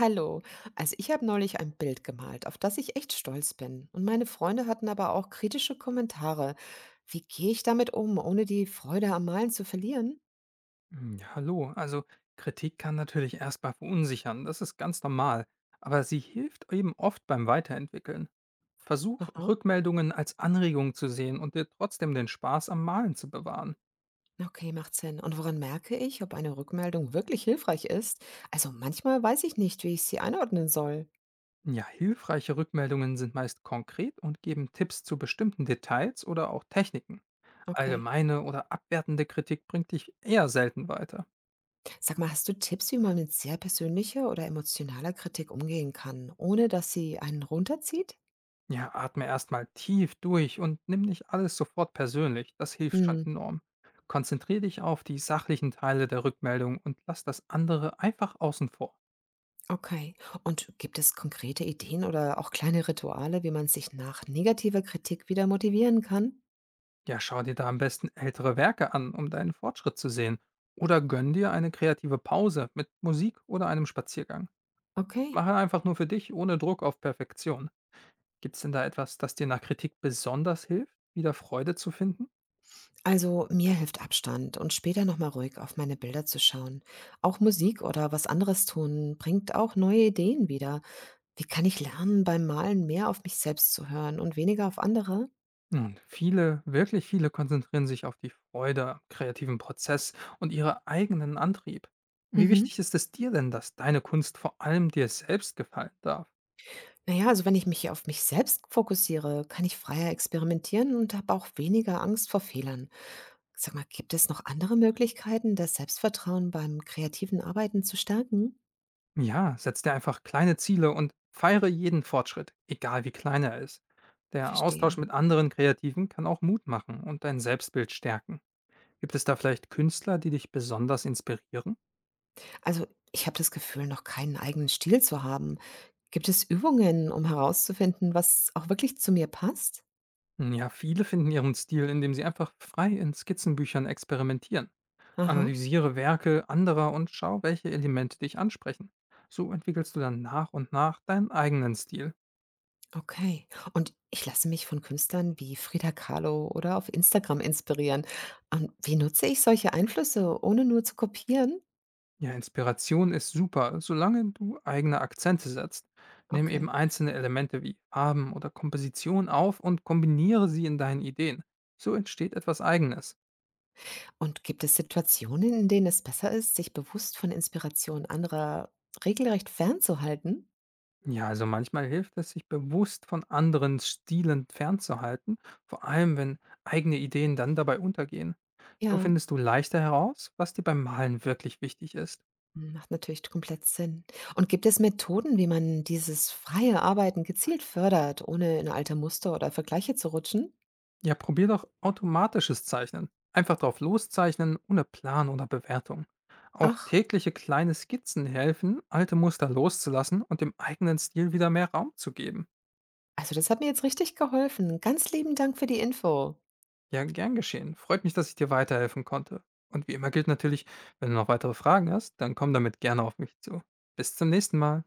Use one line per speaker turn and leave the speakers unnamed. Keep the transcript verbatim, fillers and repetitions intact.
Hallo, also ich habe neulich ein Bild gemalt, auf das ich echt stolz bin. Und meine Freunde hatten aber auch kritische Kommentare. Wie gehe ich damit um, ohne die Freude am Malen zu verlieren?
Hm, ja, hallo, also Kritik kann natürlich erstmal verunsichern, das ist ganz normal, aber sie hilft eben oft beim Weiterentwickeln. Versuch,
Aha,
Rückmeldungen als Anregung zu sehen und dir trotzdem den Spaß am Malen zu bewahren.
okay, macht Sinn. Und woran merke ich, ob eine Rückmeldung wirklich hilfreich ist? Also manchmal weiß ich nicht, wie ich sie einordnen soll.
Ja, hilfreiche Rückmeldungen sind meist konkret und geben Tipps zu bestimmten Details oder auch Techniken.
Okay.
Allgemeine oder abwertende Kritik bringt dich eher selten weiter.
Sag mal, hast du Tipps, wie man mit sehr persönlicher oder emotionaler Kritik umgehen kann, ohne dass sie einen runterzieht?
Ja, atme erstmal tief durch und nimm nicht alles sofort persönlich. Das hilft schon enorm. Konzentriere dich auf die sachlichen Teile der Rückmeldung und lass das andere einfach außen vor.
Okay. Und gibt es konkrete Ideen oder auch kleine Rituale, wie man sich nach negativer Kritik wieder motivieren kann?
Ja, schau dir da am besten ältere Werke an, um deinen Fortschritt zu sehen. Oder gönn dir eine kreative Pause mit Musik oder einem Spaziergang.
Okay.
Mache einfach nur für dich, ohne Druck auf Perfektion. Gibt's denn da etwas, das dir nach Kritik besonders hilft, wieder Freude zu finden?
Also mir hilft Abstand und später nochmal ruhig auf meine Bilder zu schauen. Auch Musik oder was anderes tun bringt auch neue Ideen wieder. Wie kann ich lernen, beim Malen mehr auf mich selbst zu hören und weniger auf andere?
Und viele, wirklich viele konzentrieren sich auf die Freude am kreativen Prozess und ihren eigenen Antrieb. Wie
Mhm.
wichtig ist es dir denn, dass deine Kunst vor allem dir selbst gefallen darf?
Naja, also wenn ich mich auf mich selbst fokussiere, kann ich freier experimentieren und habe auch weniger Angst vor Fehlern. Sag mal, gibt es noch andere Möglichkeiten, das Selbstvertrauen beim kreativen Arbeiten zu stärken?
Ja, setz dir einfach kleine Ziele und feiere jeden Fortschritt, egal wie klein er ist. Der Austausch
Verstehe.
mit anderen Kreativen kann auch Mut machen und dein Selbstbild stärken. Gibt es da vielleicht Künstler, die dich besonders inspirieren?
Also, ich habe das Gefühl, noch keinen eigenen Stil zu haben. Gibt es Übungen, um herauszufinden, was auch wirklich zu mir passt?
Ja, viele finden ihren Stil, indem sie einfach frei in Skizzenbüchern experimentieren.
Aha,
Analysiere Werke anderer und schau, welche Elemente dich ansprechen. So entwickelst du dann nach und nach deinen eigenen Stil.
okay. Und ich lasse mich von Künstlern wie Frida Kahlo oder auf Instagram inspirieren. Und wie nutze ich solche Einflüsse, ohne nur zu kopieren?
Ja, Inspiration ist super, solange du eigene Akzente setzt. Nimm eben
Okay.
einzelne Elemente wie Farben oder Komposition auf und kombiniere sie in deinen Ideen. So entsteht etwas Eigenes.
Und gibt es Situationen, in denen es besser ist, sich bewusst von Inspiration anderer regelrecht fernzuhalten?
Ja, also manchmal hilft es, sich bewusst von anderen Stilen fernzuhalten, vor allem wenn eigene Ideen dann dabei untergehen. So
Ja,
findest du leichter heraus, was dir beim Malen wirklich wichtig ist.
macht natürlich komplett Sinn. Und gibt es Methoden, wie man dieses freie Arbeiten gezielt fördert, ohne in alte Muster oder Vergleiche zu rutschen?
Ja, probier doch automatisches Zeichnen. Einfach drauf loszeichnen, ohne Plan oder Bewertung. Auch
Ach,
tägliche kleine Skizzen helfen, alte Muster loszulassen und dem eigenen Stil wieder mehr Raum zu geben.
also das hat mir jetzt richtig geholfen. Ganz lieben Dank für die Info.
Ja, gern geschehen. Freut mich, dass ich dir weiterhelfen konnte. Und wie immer gilt natürlich, wenn du noch weitere Fragen hast, dann komm damit gerne auf mich zu. Bis zum nächsten Mal.